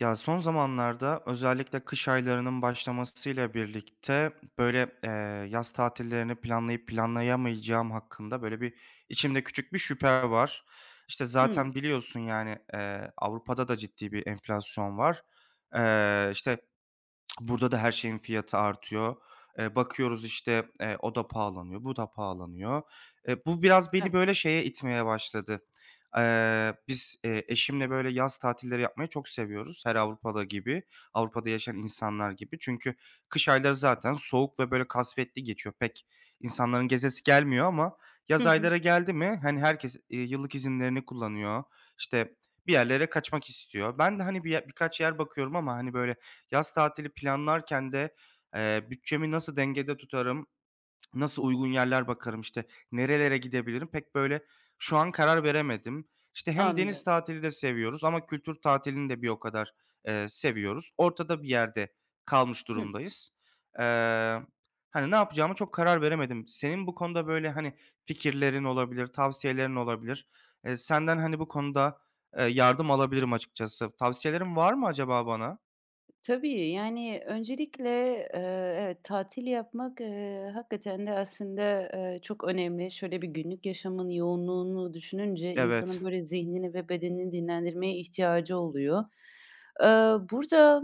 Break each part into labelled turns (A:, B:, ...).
A: Ya, son zamanlarda özellikle kış aylarının başlamasıyla birlikte, böyle, yaz tatillerini planlayıp planlayamayacağım hakkında, böyle, bir içimde küçük bir şüphe var. İşte,
B: Hımm,
A: zaten biliyorsun, yani, Avrupa'da da ciddi bir enflasyon var. İşte, burada da her şeyin fiyatı artıyor. Bakıyoruz, işte, o da pahalanıyor, bu da pahalanıyor. Bu biraz beni, böyle,
B: evet.
A: şeye itmeye başladı. Biz, eşimle, böyle, yaz tatilleri yapmayı çok seviyoruz her Avrupa'da gibi, Avrupa'da yaşayan insanlar gibi. Çünkü kış ayları zaten soğuk ve, böyle, kasvetli geçiyor. Pek insanların gezesi gelmiyor ama
B: Hı
A: yaz
B: hı,
A: aylara geldi mi, hani, herkes, yıllık izinlerini kullanıyor, işte, bir yerlere kaçmak istiyor. Ben de, hani, birkaç yer bakıyorum ama, hani, böyle, yaz tatili planlarken de, bütçemi nasıl dengede tutarım, nasıl uygun yerler bakarım, işte, nerelere gidebilirim pek böyle şu an karar veremedim. İşte, hem deniz
B: anlıyorum.
A: tatili de seviyoruz ama kültür tatilini de bir o kadar, seviyoruz. Ortada bir yerde kalmış
B: Hıh.
A: durumdayız. Eee, Hani, ne yapacağımı çok karar veremedim. Senin bu konuda böyle, hani, fikirlerin olabilir, tavsiyelerin olabilir. Senden, hani, bu konuda, yardım alabilirim açıkçası. Tavsiyelerin var mı acaba bana?
B: Tabii, yani, öncelikle, evet, tatil yapmak, hakikaten de aslında, çok önemli. Şöyle bir günlük yaşamın yoğunluğunu düşününce
A: Evet.
B: insanın böyle zihnini ve bedenini dinlendirmeye ihtiyacı oluyor. Eee, burada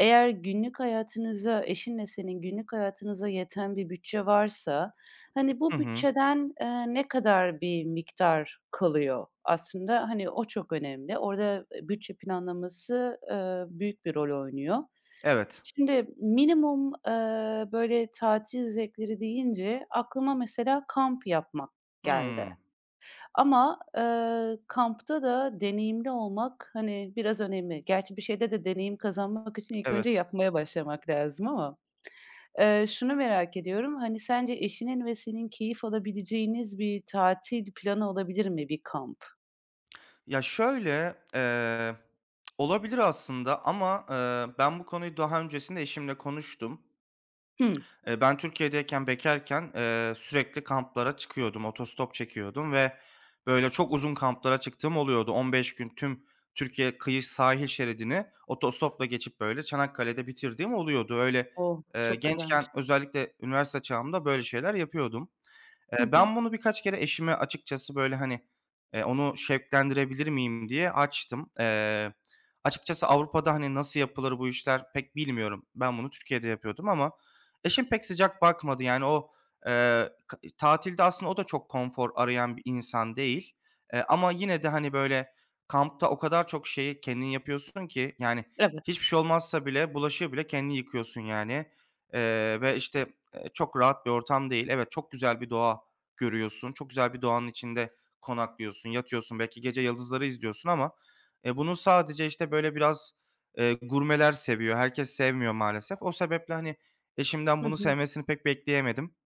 B: Eğer günlük hayatınıza, eşinle senin günlük hayatınıza yeten bir bütçe varsa, hani,
A: Hı
B: bu
A: hı.
B: bütçeden, ne kadar bir miktar kalıyor aslında? Hani, o çok önemli. Orada, bütçe planlaması, büyük bir rol oynuyor.
A: Evet.
B: Şimdi minimum, böyle tatil zevkleri deyince aklıma mesela kamp yapmak geldi.
A: Hımm.
B: Ama, kampta da deneyimli olmak, hani, biraz önemli. Gerçi bir şeyde de deneyim kazanmak için ilk önce
A: Evet.
B: yapmaya başlamak lazım ama, şunu merak ediyorum, hani, sence eşinin ve senin keyif alabileceğiniz bir tatil planı olabilir mi bir kamp?
A: Ya, şöyle, olabilir aslında ama, ben bu konuyu daha öncesinde eşimle konuştum.
B: Hımm.
A: Ben Türkiye'deyken, bekarken, sürekli kamplara çıkıyordum, otostop çekiyordum ve böyle çok uzun kamplara çıktığım oluyordu. 15 gün tüm Türkiye kıyı sahil şeridini otostopla geçip böyle Çanakkale'de bitirdiğim oluyordu. Öyle,
B: Oh, çok
A: gençken
B: güzelmiş.
A: özellikle üniversite çağımda böyle şeyler yapıyordum.
B: Hı hı.
A: Ben bunu birkaç kere eşime açıkçası, böyle, hani, onu şevklendirebilir miyim diye açtım. Açıkçası Avrupa'da, hani, nasıl yapılır bu işler pek bilmiyorum. Ben bunu Türkiye'de yapıyordum ama eşim pek sıcak bakmadı. Yani o, k tatilde aslında o da çok konfor arayan bir insan değil. Ama yine de, hani, böyle, kampta o kadar çok şeyi kendin yapıyorsun ki, yani, hiçbir
B: Evet.
A: şey olmazsa bile bulaşığı bile kendin yıkıyorsun, yani, ve, işte, çok rahat bir ortam değil. Evet, çok güzel bir doğa görüyorsun. Çok güzel bir doğanın içinde konaklıyorsun, yatıyorsun, belki gece yıldızları izliyorsun ama, bunu sadece, işte, böyle, biraz, gurmeler seviyor. Herkes sevmiyor maalesef. O sebeple, hani, eşimden
B: Hı
A: bunu
B: hı.
A: sevmesini pek bekleyemedim.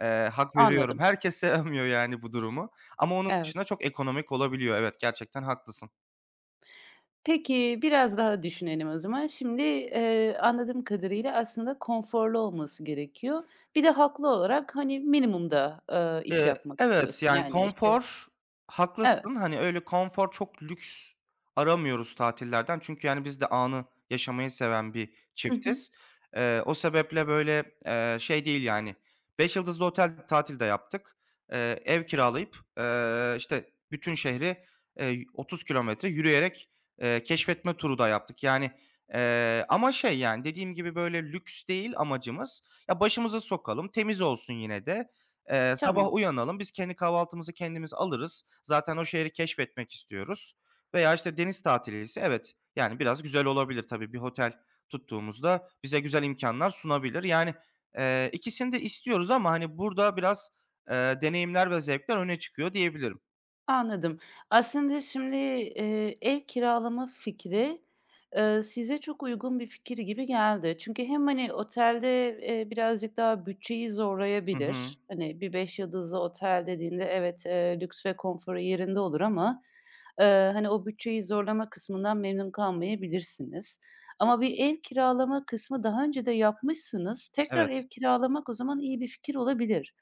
A: Hak veriyorum.
B: Anladım.
A: Herkes sevmiyor yani bu durumu ama onun
B: Evet.
A: dışında çok ekonomik olabiliyor. Evet, gerçekten haklısın.
B: Peki, biraz daha düşünelim o zaman. Şimdi, anladığım kadarıyla aslında konforlu olması gerekiyor. Bir de haklı olarak, hani, minimumda, iş yapmak
A: Evet,
B: istiyorsun.
A: yani,
B: Yani, işte.
A: konfor haklısın.
B: Evet.
A: Hani, öyle konfor çok lüks aramıyoruz tatillerden. Çünkü, yani, biz de anı yaşamayı seven bir
B: Hı hı.
A: çiftiz. O sebeple, böyle, şey değil, yani, 5 yıldızlı otel tatil de yaptık. Ev kiralayıp, işte, bütün şehri, 30 kilometre yürüyerek, keşfetme turu da yaptık. Yani, ama şey, yani, dediğim gibi, böyle, lüks değil amacımız. Ya, başımıza sokalım, temiz olsun yine de.
B: Tamam.
A: Sabah uyanalım, biz kendi kahvaltımızı kendimiz alırız. Zaten o şehri keşfetmek istiyoruz veya, işte, deniz tatili ise evet, yani, biraz güzel olabilir tabii. Bir otel tuttuğumuzda bize güzel imkânlar sunabilir. Yani, ikisini de istiyoruz ama, hani, burada biraz, deneyimler ve zevkler öne çıkıyor diyebilirim.
B: Anladım. Aslında şimdi, ev kiralama fikri, size çok uygun bir fikir gibi geldi. Çünkü hem, hani, otelde, birazcık daha bütçeyi
A: Hı hı.
B: zorlayabilir. Hani, bir 5 yıldızlı otel dediğinde evet, lüks ve konforu yerinde olur ama, hani, o bütçeyi zorlama kısmından memnun kalmayabilirsiniz. Ama bir ev kiralama kısmı daha önce de yapmışsınız. Tekrar
A: Evet.
B: ev kiralamak o zaman iyi bir fikir olabilir.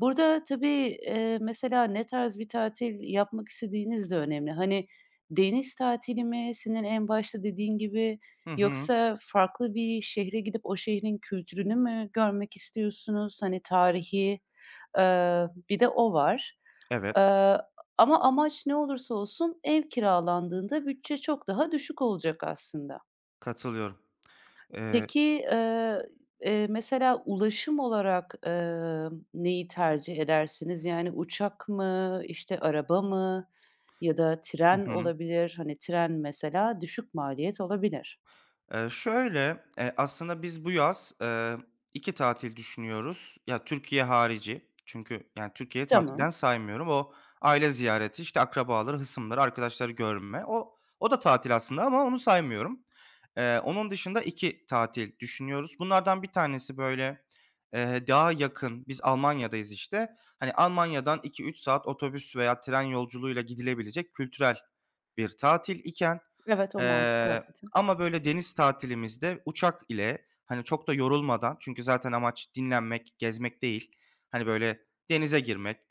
B: Burada tabii, mesela ne tarz bir tatil yapmak istediğiniz de önemli. Hani, deniz tatili mi senin en başta dediğin gibi
A: Hı hı.
B: yoksa farklı bir şehre gidip o şehrin kültürünü mü görmek istiyorsunuz? Hani, tarihi, bir de o var.
A: Evet.
B: Eee, ama amaç ne olursa olsun ev kiralandığında bütçe çok daha düşük olacak aslında.
A: Katılıyorum. Eee
B: Peki, mesela ulaşım olarak, neyi tercih edersiniz? Yani uçak mı, işte, araba mı ya da
A: Hı
B: tren
A: hı.
B: olabilir. Hani, tren mesela düşük maliyet olabilir.
A: Şöyle, aslında biz bu yaz, 2 tatil düşünüyoruz. Ya, Türkiye harici. Çünkü, yani, Türkiye'yi
B: Tamam.
A: tatilden saymıyorum. O aile ziyareti, işte, akrabaları, hısımları, arkadaşları görme. O da tatil aslında ama onu saymıyorum. Onun dışında 2 tatil düşünüyoruz. Bunlardan bir tanesi, böyle, daha yakın. Biz Almanya'dayız, işte. Hani, Almanya'dan iki üç saat otobüs veya tren yolculuğuyla gidilebilecek kültürel bir tatil iken,
B: Evet, o mantıklı
A: Eee,
B: hakikaten.
A: ama böyle deniz tatilimizde uçak ile, hani, çok da yorulmadan çünkü zaten amaç dinlenmek, gezmek değil. Hani, böyle denize girmek,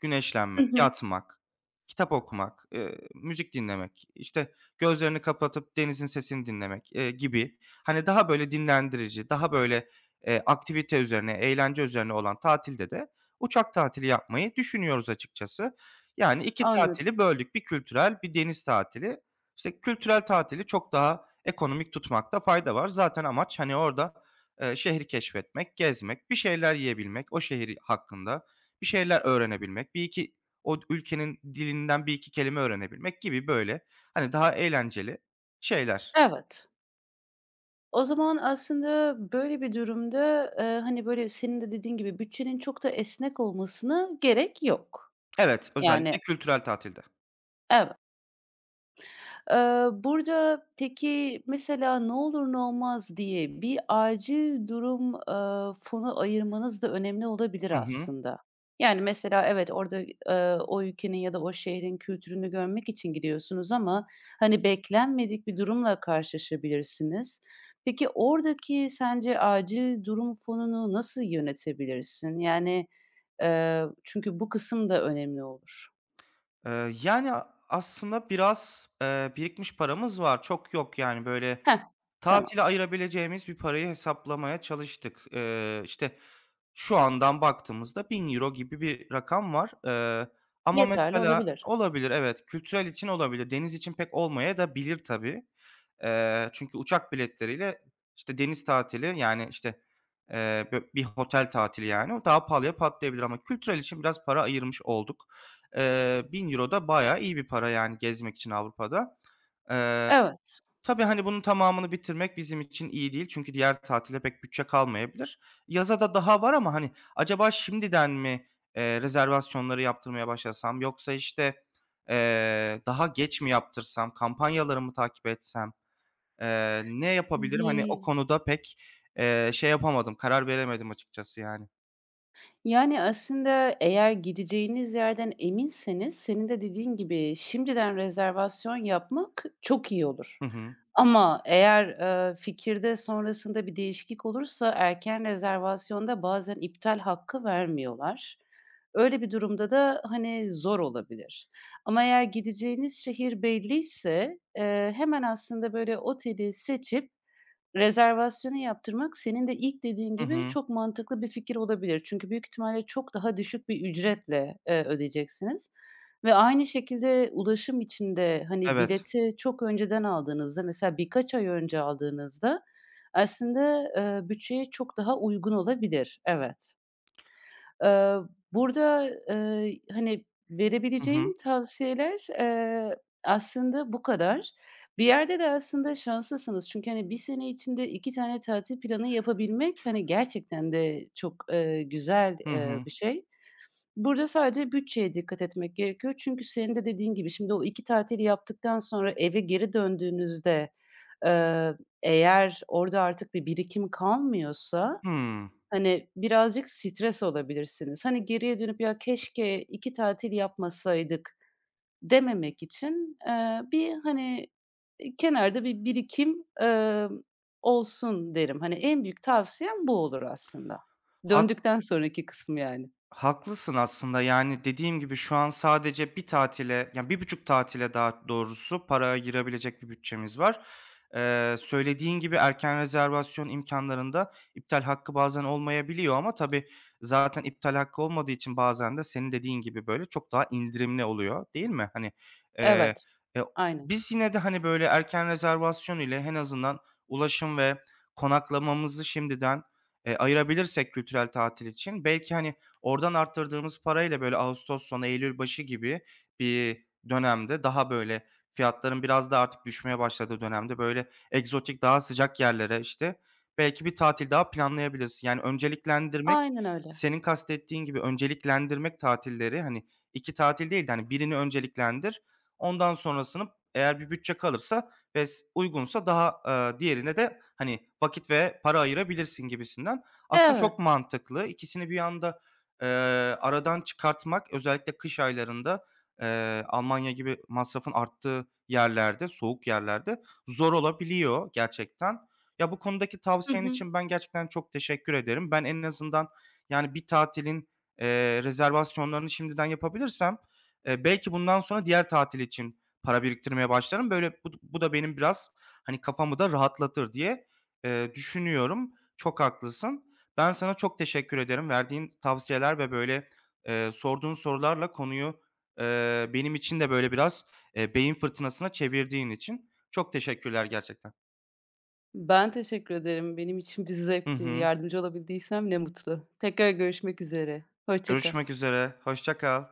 B: Hı
A: güneşlenmek,
B: hı,
A: yatmak, kitap okumak, müzik dinlemek, işte, gözlerini kapatıp denizin sesini dinlemek, gibi, hani, daha böyle dinlendirici, daha böyle, aktivite üzerine, eğlence üzerine olan tatilde de uçak tatili yapmayı düşünüyoruz açıkçası. Yani iki
B: anladım.
A: tatili böldük. Bir kültürel, bir deniz tatili. İşte kültürel tatili çok daha ekonomik tutmakta fayda var. Zaten amaç, hani, orada, şehri keşfetmek, gezmek, bir şeyler yiyebilmek, o şehir hakkında bir şeyler öğrenebilmek, bir iki o ülkenin dilinden bir iki kelime öğrenebilmek gibi, böyle, hani, daha eğlenceli şeyler.
B: Evet. O zaman aslında böyle bir durumda, hani, böyle, senin de dediğin gibi bütçenin çok da esnek olmasına gerek yok.
A: Evet,
B: Yani.
A: özellikle kültürel tatilde.
B: Evet. Burada peki, mesela ne olur ne olmaz diye bir acil durum, fonu ayırmanız da önemli olabilir
A: Hı hı.
B: aslında. Yani, mesela evet, orada, o ülkenin ya da o şehrin kültürünü görmek için gidiyorsunuz ama, hani, beklenmedik bir durumla karşılaşabilirsiniz. Peki, oradaki sence acil durum fonunu nasıl yönetebilirsin? Yani, çünkü bu kısım da önemli olur.
A: Yani, aslında biraz, birikmiş paramız var. Çok yok, yani, böyle,
B: Heh, tamam.
A: tatile ayırabileceğimiz bir parayı hesaplamaya çalıştık. İşte, şu andan baktığımızda 1.000 euro gibi bir rakam var. Ama
B: Yeterli
A: mesela
B: olabilir.
A: olabilir, evet. Kültürel için olabilir. Deniz için pek olmayabilir tabii. Çünkü uçak biletleriyle, işte, deniz tatili, yani, işte, bö bir otel tatili, yani, o daha pahalıya patlayabilir ama kültürel için biraz para ayırmış olduk. 1.000 euro da bayağı iyi bir para, yani, gezmek için Avrupa'da. Eee
B: Evet.
A: Tabii, hani, bunun tamamını bitirmek bizim için iyi değil. Çünkü diğer tatile pek bütçe kalmayabilir. Yaza da daha var ama, hani, acaba şimdiden mi, rezervasyonları yaptırmaya başlasam yoksa, işte, daha geç mi yaptırsam, kampanyaları mı takip etsem, ne yapabilirim? Hani, o
B: İii,
A: konuda pek, şey yapamadım, karar veremedim açıkçası yani.
B: yani, aslında eğer gideceğiniz yerden eminseniz senin de dediğin gibi şimdiden rezervasyon yapmak çok iyi olur.
A: Hı hı.
B: Ama eğer, fikirde sonrasında bir değişiklik olursa erken rezervasyonda bazen iptal hakkı vermiyorlar. Öyle bir durumda da, hani, zor olabilir. Ama eğer gideceğiniz şehir belliyse, hemen aslında böyle oteli seçip rezervasyonu yaptırmak senin de ilk dediğin
A: Hı
B: gibi
A: hı.
B: çok mantıklı bir fikir olabilir. Çünkü büyük ihtimalle çok daha düşük bir ücretle, ödeyeceksiniz ve aynı şekilde ulaşım içinde hani,
A: Evet.
B: bileti çok önceden aldığınızda, mesela birkaç ay önce aldığınızda aslında, bütçeye çok daha uygun olabilir. Evet. Eee, burada, hani,
A: Hı hı.
B: verebileceğim tavsiyeler, aslında bu kadar. Bir yerde de aslında şanslısınız çünkü, hani, bir sene içinde 2 tane tatil planı yapabilmek, hani, gerçekten de çok, güzel,
A: Hı hı.
B: bir şey. Burada sadece bütçeye dikkat etmek gerekiyor çünkü senin de dediğin gibi şimdi o 2 tatili yaptıktan sonra eve geri döndüğünüzde, eee, eğer orada artık bir birikim kalmıyorsa,
A: Hımm.
B: hani, birazcık stres olabilirsiniz. Hani, geriye dönüp "Ya, keşke 2 tatil yapmasaydık." dememek için, bir, hani, kenarda bir birikim, olsun derim. Hani, en büyük tavsiyem bu olur aslında.
A: Hak
B: Döndükten sonraki kısmı yani.
A: Haklısın aslında. Yani, dediğim gibi şu an sadece bir tatile, yani bir buçuk tatile daha doğrusu para ayırabilecek bir bütçemiz var. Söylediğin gibi erken rezervasyon imkanlarında iptal hakkı bazen olmayabiliyor ama tabii zaten iptal hakkı olmadığı için bazen de senin dediğin gibi, böyle, çok daha indirimli oluyor, değil mi? Hani, eee,
B: Evet,
A: e,
B: aynen.
A: biz yine de, hani, böyle, erken rezervasyon ile en azından ulaşım ve konaklamamızı şimdiden, ayırabilirsek kültürel tatil için belki, hani, oradan arttırdığımız parayla böyle ağustos sonu, eylül başı gibi bir dönemde daha böyle fiyatların biraz da artık düşmeye başladığı dönemde böyle egzotik, daha sıcak yerlere, işte, belki bir tatil daha planlayabilirsin. Yani önceliklendirmek,
B: Aynen öyle.
A: senin kastettiğin gibi önceliklendirmek tatilleri, hani, 2 tatil değil de, hani, birini önceliklendir. Ondan sonrasını eğer bir bütçe kalırsa ve uygunsa daha, diğerine de, hani, vakit ve para ayırabilirsin gibisinden. Aslında çok
B: Evet.
A: mantıklı. İkisini bir anda Eee, aradan çıkartmak özellikle kış aylarında, Almanya gibi masrafın arttığı yerlerde, soğuk yerlerde zor olabiliyor gerçekten. Ya, bu konudaki
B: Hı
A: tavsiyen
B: hı.
A: için ben gerçekten çok teşekkür ederim. Ben en azından, yani, bir tatilin, rezervasyonlarını şimdiden yapabilirsem, belki bundan sonra diğer tatil için para biriktirmeye başlarım. Böyle, bu da benim biraz, hani, kafamı da rahatlatır diye, düşünüyorum. Çok haklısın. Ben sana çok teşekkür ederim. Verdiğin tavsiyeler ve böyle, sorduğun sorularla konuyu, benim için de böyle biraz, beyin fırtınasına çevirdiğin için çok teşekkürler gerçekten.
B: Ben teşekkür ederim. Benim için bir
A: Hı
B: zevkti.
A: hı.
B: Yardımcı olabildiysem ne mutlu. Tekrar görüşmek üzere. Hoşça kal.
A: Görüşmek üzere, hoşça kal.